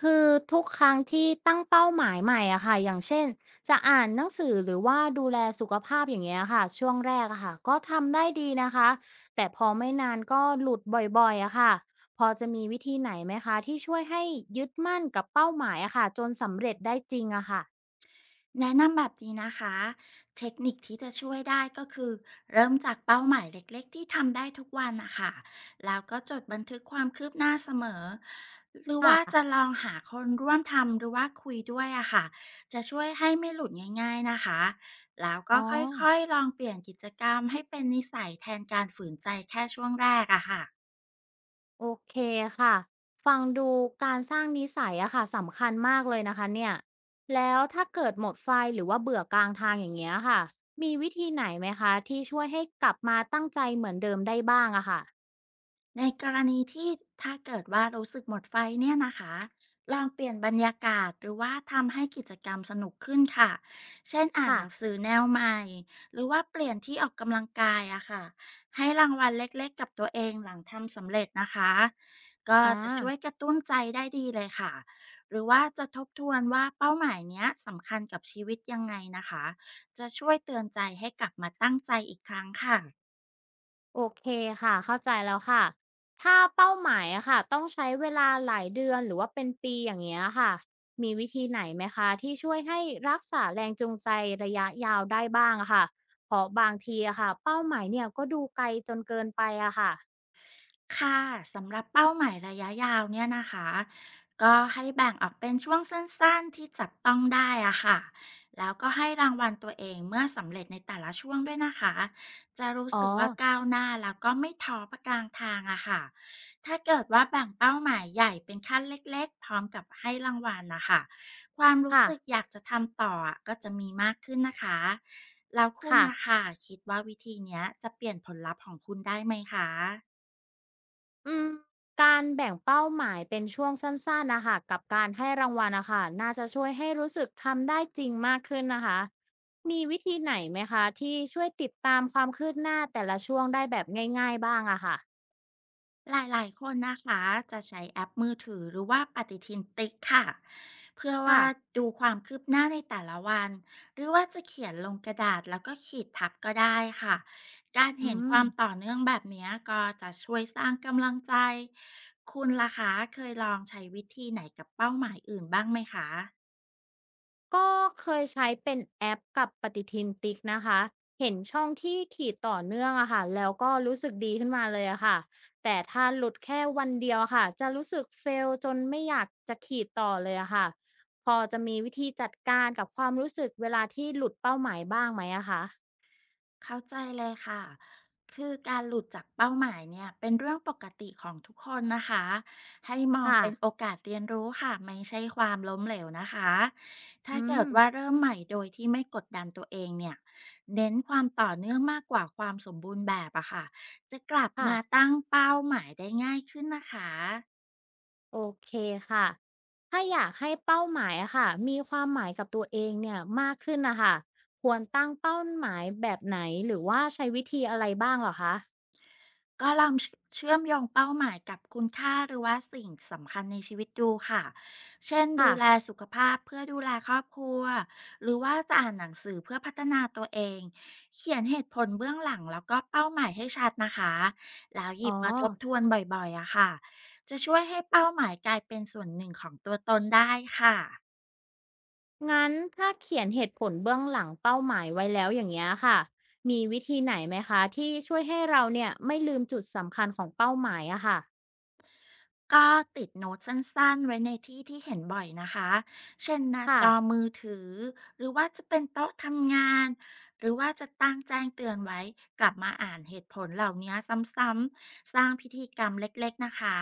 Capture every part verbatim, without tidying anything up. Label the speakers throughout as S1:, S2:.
S1: คือทุกครั้งที่ตั้งเป้าหมายใหม่อะค่ะอย่างเช่นจะอ่านหนังสือหรือว่าดูแลสุขภาพอย่างเงี้ยค่ะช่วงแรกอะค่ะก็ทำได้ดีนะคะแต่พอไม่นานก็หลุดบ่อยๆอะค่ะพอจะมีวิธีไหนไหมคะที่ช่วยให้ยึดมั่นกับเป้าหมายอะค่ะจนสำเร็จได้จริงอะค่ะ
S2: แนะนำแบบนี้นะคะ เทคนิคที่จะช่วยได้ก็คือเริ่มจากเป้าหมายเล็กๆที่ทำได้ทุกวันนะคะ แล้วก็จดบันทึกความคืบหน้าเสมอหรือ
S1: ค่ะ
S2: ว่าจะลองหาคนร่วมทำหรือว่าคุยด้วยอะค่ะจะช่วยให้ไม่หลุดง่ายๆนะคะ แล้วก็
S1: อ๋อ
S2: ค่อยๆลองเปลี่ยนกิจกรรมให้เป็นนิสัยแทนการฝืนใจแค่ช่วงแรกอะค่ะ
S1: โอเคค่ะ ฟังดูการสร้างนิสัยอะค่ะสำคัญมากเลยนะคะเนี่ย แล้วถ้าเกิดหมดไฟหรือว่าเบื่อกลางทางอย่างเงี้ยค่ะ มีวิธีไหนไหมคะที่ช่วยให้กลับมาตั้งใจเหมือนเดิมได้บ้างอะค่ะ
S2: ในกรณีที่ถ้าเกิดว่ารู้สึกหมดไฟเนี่ยนะคะลองเปลี่ยนบรรยากาศหรือว่าทำให้กิจกรรมสนุกขึ้นค่ะเช่นอ่าน
S1: ค่ะ
S2: หนังสือแนวใหม่หรือว่าเปลี่ยนที่ออกกำลังกายอะค่ะให้รางวัลเล็กๆกับตัวเองหลังทำสำเร็จนะคะก็
S1: อ่า
S2: จะช่วยกระตุ้นใจได้ดีเลยค่ะหรือว่าจะทบทวนว่าเป้าหมายเนี้ยสำคัญกับชีวิตยังไงนะคะจะช่วยเตือนใจให้กลับมาตั้งใจอีกครั้งค่ะ
S1: โอเคค่ะเข้าใจแล้วค่ะ ถ้าเป้าหมายอะค่ะต้องใช้เวลาหลายเดือนหรือว่าเป็นปีอย่างเงี้ยค่ะ มีวิธีไหนไหมคะที่ช่วยให้รักษาแรงจูงใจระยะยาวได้บ้างอะค่ะเพราะบางทีอะค่ะเป้าหมายเนี่ยก็ดูไกลจนเกินไปอะค่ะ
S2: ค่ะสำหรับเป้าหมายระยะยาวเนี่ยนะคะก็ให้แบ่งออกเป็นช่วงสั้นๆที่จับต้องได้อะค่ะแล้วก็ให้รางวัลตัวเองเมื่อสำเร็จในแต่ละช่วงด้วยนะคะจะรู้
S1: อ๋อ
S2: สึกว่าก้าวหน้าแล้วก็ไม่ท้อประกลางทางอะค่ะถ้าเกิดว่าแบ่งเป้าหมายใหญ่เป็นขั้นเล็กๆพร้อมกับให้รางวัลนะคะความรู้
S1: ค่ะ
S2: สึกอยากจะทำต่ออะก็จะมีมากขึ้นนะคะแล้วคุณ
S1: ค่ะ
S2: นะคะคิดว่าวิธีเนี้ยจะเปลี่ยนผลลัพธ์ของคุณได้ไหมคะ
S1: อืมการแบ่งเป้าหมายเป็นช่วงสั้นๆนะคะกับการให้รางวัลนะคะน่าจะช่วยให้รู้สึกทำได้จริงมากขึ้นนะคะมีวิธีไหนไหมคะที่ช่วยติดตามความคืบหน้าแต่ละช่วงได้แบบง่ายๆบ้างอะค่ะ
S2: หลายๆคนนะคะจะใช้แอปมือถือหรือว่าปฏิทินติ๊กค่ะเพื่อว่า
S1: ค่ะ
S2: ดูความคืบหน้าในแต่ละวันหรือว่าจะเขียนลงกระดาษแล้วก็ขีดทับก็ได้ค่ะการ
S1: อื
S2: เห็นค
S1: ม
S2: วามต่อเนื่องแบบเนี้ยก็จะช่วยสร้างกำลังใจคุณล่ะคะเคยลองใช้วิธีไหนกับเป้าหมายอื่นบ้างไหมคะ
S1: ก็เคยใช้เป็นแอปกับปฏิทินติ๊กนะคะ เห็นช่องที่ขีดต่อเนื่องอะค่ะแล้วก็รู้สึกดีขึ้นมาเลยอะค่ะแต่ถ้าหลุดแค่วันเดียวอะค่ะจะรู้สึกเฟลจนไม่อยากจะขีดต่อเลยอะค่ะพอจะมีวิธีจัดการกับความรู้สึกเวลาที่หลุดเป้าหมายบ้างไหมอะคะ
S2: เข้าใจเลยค่ะ คือการหลุดจากเป้าหมายเนี่ยเป็นเรื่องปกติของทุกคนนะคะ ให้มอง
S1: ค่ะ
S2: เป็นโอกาสเรียนรู้ค่ะไม่ใช่ความล้มเหลวนะคะ ถ้า
S1: อื
S2: เกิด
S1: ม
S2: ว่าเริ่มใหม่โดยที่ไม่กดดันตัวเองเนี่ยเน้นความต่อเนื่องมากกว่าความสมบูรณ์แบบอะค่ะ จะกลับ
S1: ค่ะ
S2: มาตั้งเป้าหมายได้ง่ายขึ้นนะคะ
S1: โอเคค่ะถ้าอยากให้เป้าหมายอะค่ะมีความหมายกับตัวเองเนี่ยมากขึ้นนะคะควรตั้งเป้าหมายแบบไหนหรือว่าใช้วิธีอะไรบ้างเหรอคะ
S2: ก็ลองเชเชื่อมโยงเป้าหมายกับคุณค่าหรือว่าสิ่งสำคัญในชีวิตดูค่ะ เช่นดู
S1: ค่ะ
S2: แลสุขภาพเพื่อดูแลครอบครัวหรือว่าจะอ่านหนังสือเพื่อพัฒนาตัวเองเขียนเหตุผลเบื้องหลังแล้วก็เป้าหมายให้ชัดนะคะแล้วห
S1: อ๋
S2: ยิ
S1: อ
S2: บมาทบทวนบ่อยๆอะค่ะจะช่วยให้เป้าหมายกลายเป็นส่วนหนึ่งของตัวตนได้ค่ะ
S1: งั้นถ้าเขียนเหตุผลเบื้องหลังเป้าหมายไว้แล้วอย่างเงี้ยค่ะมีวิธีไหนไหมคะที่ช่วยให้เราเนี่ยไม่ลืมจุดสำคัญของเป้าหมายอะค่ะ
S2: ก็ติดโน้ตสั้นๆไว้ในที่ที่เห็นบ่อยนะคะ เช่นหน้า
S1: ค่ะ
S2: จอมือถือหรือว่าจะเป็นโต๊ะทำงานหรือว่าจะตั้งแจ้งเตือนไว้กลับมาอ่านเหตุผลเหล่านี้ซ้ำๆสร้างพิธีกรรมเล็กๆนะคะ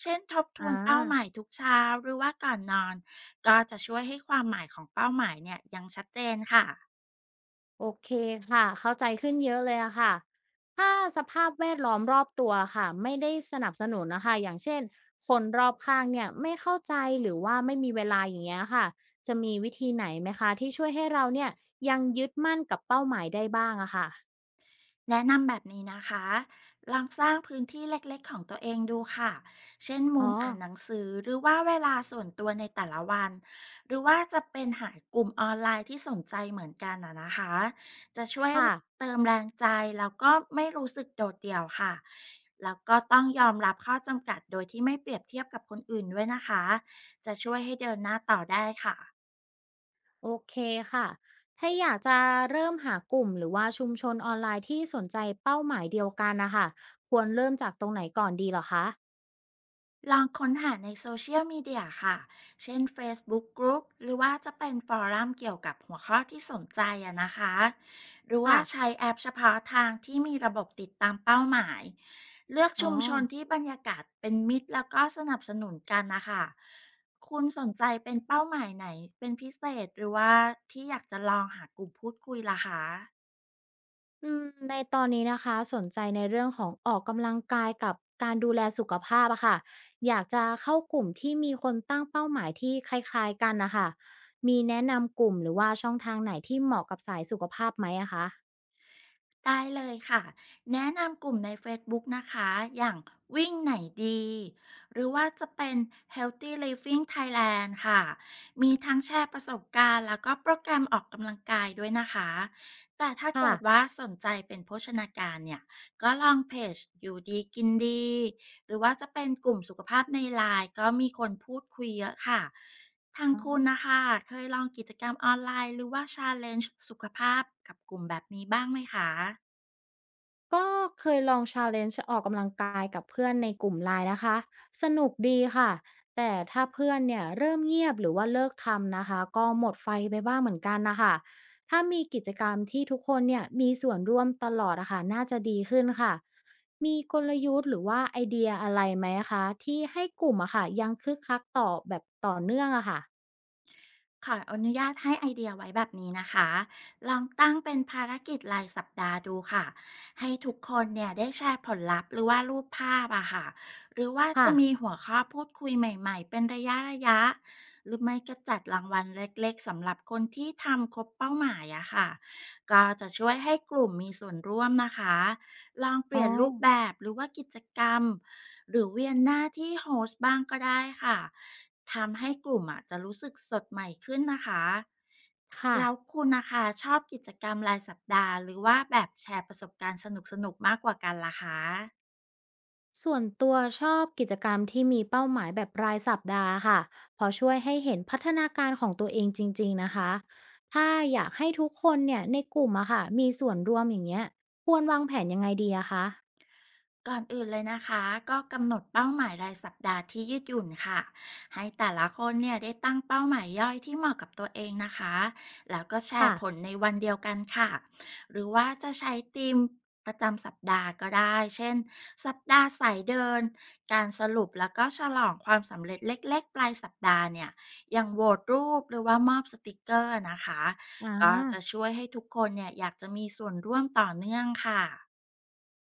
S2: เช่นทบท
S1: อ่
S2: วนเป้าหมาย
S1: า
S2: ทุกเช้าหรือว่าก่อนนอนก็จะช่วยให้ความหมายของเป้าหมายเนี่ยยังชัดเจนค่ะ
S1: โอเคค่ะเข้าใจขึ้นเยอะเลยอะค่ะถ้าสภาพแวดล้อมรอบตัวค่ะไม่ได้สนับสนุนนะคะอย่างเช่นคนรอบข้างเนี่ยไม่เข้าใจหรือว่าไม่มีเวลาอย่างเงี้ยค่ะจะมีวิธีไหนไหมคะที่ช่วยให้เราเนี่ยยังยึดมั่นกับเป้าหมายได้บ้างอะค่ะ
S2: แนะนำแบบนี้นะคะ ลองสร้างพื้นที่เล็กๆของตัวเองดูค่ะ เช่นมุ
S1: อ๋อ
S2: มอ่านหนังสือหรือว่าเวลาส่วนตัวในแต่ละวัน หรือว่าจะเป็นหากลุ่มออนไลน์ที่สนใจเหมือนกันนะนะคะ จะช่วย
S1: ค่ะ
S2: เติมแรงใจแล้วก็ไม่รู้สึกโดดเดี่ยวค่ะ แล้วก็ต้องยอมรับข้อจำกัดโดยที่ไม่เปรียบเทียบกับคนอื่นด้วยนะคะ จะช่วยให้เดินหน้าต่อได้ค่ะ
S1: โอเคค่ะถ้าอยากจะเริ่มหากลุ่มหรือว่าชุมชนออนไลน์ที่สนใจเป้าหมายเดียวกันนะคะควรเริ่มจากตรงไหนก่อนดีเหรอคะ
S2: ลองค้นหาในโซเชียลมีเดียค่ะ เช่น เฟซบุ๊ก กรุ๊ป หรือว่าจะเป็นฟอรัมเกี่ยวกับหัวข้อที่สนใจอะนะคะ หรือว่า
S1: ค่ะ
S2: ใช้แอปเฉพาะทางที่มีระบบติดตามเป้าหมาย เลือก
S1: อ๋อ
S2: ชุมชนที่บรรยากาศเป็นมิตรแล้วก็สนับสนุนกันนะคะ คุณสนใจเป็นเป้าหมายไหนเป็นพิเศษหรือว่าที่อยากจะลองหากลุ่มพูดคุยล่ะคะ
S1: อืมในตอนนี้นะคะสนใจในเรื่องของออกกำลังกายกับการดูแลสุขภาพอะค่ะอยากจะเข้ากลุ่มที่มีคนตั้งเป้าหมายที่คล้ายๆกันนะคะมีแนะนำกลุ่มหรือว่าช่องทางไหนที่เหมาะกับสายสุขภาพไหมอะคะ
S2: ได้เลยค่ะแนะนำกลุ่มใน Facebook นะคะอย่างวิ่งไหนดีหรือว่าจะเป็น เฮลตี้ ลิฟวิ่ง ไทยแลนด์ ค่ะมีทั้งแชร์ประสบการณ์แล้วก็โปรแกรมออกกำลังกายด้วยนะคะแต่ถ้า
S1: ค่ะ
S2: เกิดว่าสนใจเป็นโภชนาการเนี่ยก็ลองเพจอยู่ดีกินดีหรือว่าจะเป็นกลุ่มสุขภาพในไลน์ก็มีคนพูดคุยเยอะค่ะ ทางคุณนะคะเคยลองกิจกรรมออนไลน์หรือว่า แชลเลนจ์ สุขภาพกับกลุ่มแบบนี้บ้างไหมคะ
S1: ก็เคยลอง แชลเลนจ์ ออกกำลังกายกับเพื่อนในกลุ่มไลน์นะคะสนุกดีค่ะแต่ถ้าเพื่อนเนี่ยเริ่มเงียบหรือว่าเลิกทำนะคะก็หมดไฟไปบ้างเหมือนกันนะคะถ้ามีกิจกรรมที่ทุกคนเนี่ยมีส่วนร่วมตลอดอะค่ะน่าจะดีขึ้นค่ะมีกลยุทธ์หรือว่าไอเดียอะไรไหมคะที่ให้กลุ่มอะค่ะยังคึกคักต่อแบบต่อเนื่องอะค่ะ
S2: ขออนุญาตให้ไอเดียไว้แบบนี้นะคะลองตั้งเป็นภารกิจรายสัปดาห์ดูค่ะ ให้ทุกคนเนี่ยได้แชร์ผลลัพธ์หรือว่ารูปภาพอะค่ะหรือว่า
S1: ค่ะ
S2: จะมีหัวข้อพูดคุยใหม่ๆเป็นระยะระยะหรือไม่ก็จัดรางวัลเล็กๆ สำหรับคนที่ทำครบเป้าหมายอะค่ะก็จะช่วยให้กลุ่มมีส่วนร่วมนะคะ ลองเป
S1: อ๋อ
S2: ลี่ยนรูปแบบหรือว่ากิจกรรม หรือเวียนหน้าที่โฮสต์บ้างก็ได้ค่ะทำให้กลุ่มอะจะรู้สึกสดใหม่ขึ้นนะคะ
S1: ค่ะ
S2: แล้วคุณนะคะชอบกิจกรรมรายสัปดาห์หรือว่าแบบแชร์ประสบการณ์สนุกๆมากกว่ากันล่ะคะ
S1: ส่วนตัวชอบกิจกรรมที่มีเป้าหมายแบบรายสัปดาห์ค่ะ เพอช่วยให้เห็นพัฒนาการของตัวเองจริงๆนะคะ ถ้าอยากให้ทุกคนเนี่ยในกลุ่มอะค่ะมีส่วนร่วมอย่างเงี้ยควรวางแผนยังไงดีอะคะ
S2: ก่อนอื่นเลยนะคะก็กำหนดเป้าหมายรายสัปดาห์ที่ยืดหยุ่นค่ะให้แต่ละคนเนี่ยได้ตั้งเป้าหมายย่อยที่เหมาะกับตัวเองนะคะแล้วก็แช
S1: ค่ะ
S2: ร์ผลในวันเดียวกันค่ะหรือว่าจะใช้ธีมประจำสัปดาห์ก็ได้เช่นสัปดาห์สายเดินการสรุปแล้วก็ฉลองความสำเร็จเล็กๆปลายสัปดาห์เนี่ยอย่างโหวตรูปหรือว่ามอบสติกเกอร์นะคะ
S1: อ่า
S2: ก็จะช่วยให้ทุกคนเนี่ยอยากจะมีส่วนร่วมต่อเนื่องค่ะ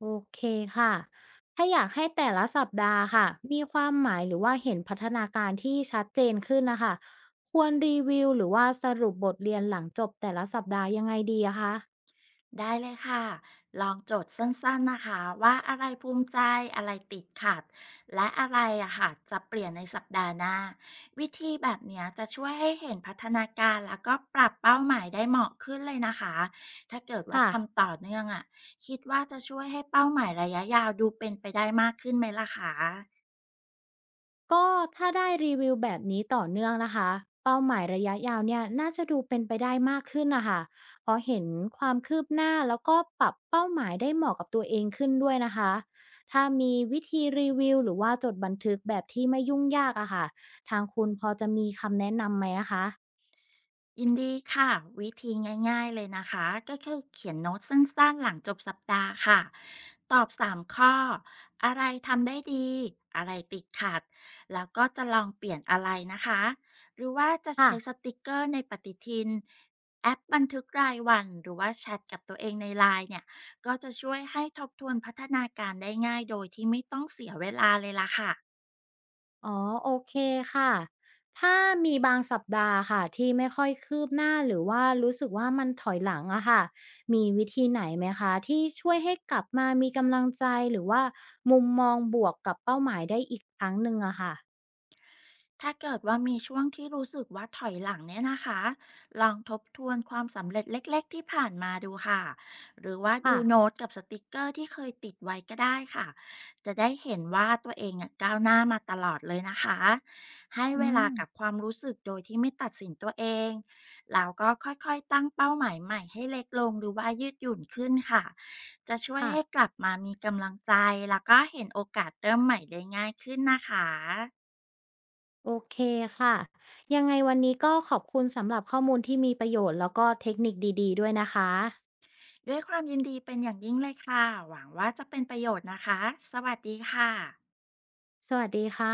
S1: โอเคค่ะถ้าอยากให้แต่ละสัปดาห์ค่ะมีความหมายหรือว่าเห็นพัฒนาการที่ชัดเจนขึ้นนะคะควรรีวิวหรือว่าสรุปบทเรียนหลังจบแต่ละสัปดาห์ยังไงดีอะคะ
S2: ได้เลยค่ะลองจดสั้นๆนะคะว่าอะไรภูมิใจอะไรติดขัดและอะไรอะค่ะจะเปลี่ยนในสัปดาห์หน้าวิธีแบบเนี้ยจะช่วยให้เห็นพัฒนาการแล้วก็ปรับเป้าหมายได้เหมาะขึ้นเลยนะคะถ้าเกิดว่า
S1: ค่ะ
S2: ทำต่อเนื่องอะคิดว่าจะช่วยให้เป้าหมายระยะยาวดูเป็นไปได้มากขึ้นไหมล่ะคะ
S1: ก็ถ้าได้รีวิวแบบนี้ต่อเนื่องนะคะเป้าหมายระยะยาวเนี่ยน่าจะดูเป็นไปได้มากขึ้นนะคะเพราะเห็นความคืบหน้าแล้วก็ปรับเป้าหมายได้เหมาะกับตัวเองขึ้นด้วยนะคะถ้ามีวิธีรีวิวหรือว่าจดบันทึกแบบที่ไม่ยุ่งยากอะค่ะทางคุณพอจะมีคำแนะนำไหมอะคะ
S2: ยินดีค่ะวิธีง่ายๆเลยนะคะก็คือเขียนโน้ตสั้นๆหลังจบสัปดาห์ค่ะตอบสามข้ออะไรทำได้ดีอะไรติดขัดแล้วก็จะลองเปลี่ยนอะไรนะคะหรือว่าจะใช้ส
S1: ค่ะ
S2: ติกเกอร์ในปฏิทินแอปบันทึกรายวันหรือว่าแชทกับตัวเองในไลน์เนี่ยก็จะช่วยให้ทบทวนพัฒนาการได้ง่ายโดยที่ไม่ต้องเสียเวลาเลยล่ะค่ะ
S1: อ๋อโอเคค่ะถ้ามีบางสัปดาห์ค่ะที่ไม่ค่อยคืบหน้าหรือว่ารู้สึกว่ามันถอยหลังอะค่ะมีวิธีไหนไหมคะที่ช่วยให้กลับมามีกำลังใจหรือว่ามุมมองบวกกับเป้าหมายได้อีกครั้งหนึ่งอะค่ะ
S2: ถ้าเกิดว่ามีช่วงที่รู้สึกว่าถอยหลังเนี่ยนะคะลองทบทวนความสำเร็จเล็กๆที่ผ่านมาดูค่ะ หรือว่าดู
S1: ค่ะ
S2: โน้ตกับสติกเกอร์ที่เคยติดไว้ก็ได้ค่ะจะได้เห็นว่าตัวเองเนี่ยก้าวหน้ามาตลอดเลยนะคะ ให้เว
S1: อืม
S2: ลากับความรู้สึกโดยที่ไม่ตัดสินตัวเองแล้วก็ค่อยๆตั้งเป้าหมายใหม่ให้เล็กลงหรือว่ายืดหยุ่นขึ้นค่ะ จะช่วย
S1: ค่ะ
S2: ให้กลับมามีกำลังใจแล้วก็เห็นโอกาสเริ่มใหม่ได้ง่ายขึ้นนะคะ
S1: โอเคค่ะยังไงวันนี้ก็ขอบคุณสำหรับข้อมูลที่มีประโยชน์แล้วก็เทคนิคดีๆด้วยนะคะ
S2: ด้วยความยินดีเป็นอย่างยิ่งเลยค่ะ หวังว่าจะเป็นประโยชน์นะคะ สวัสดีค่ะ
S1: สวัสดีค่ะ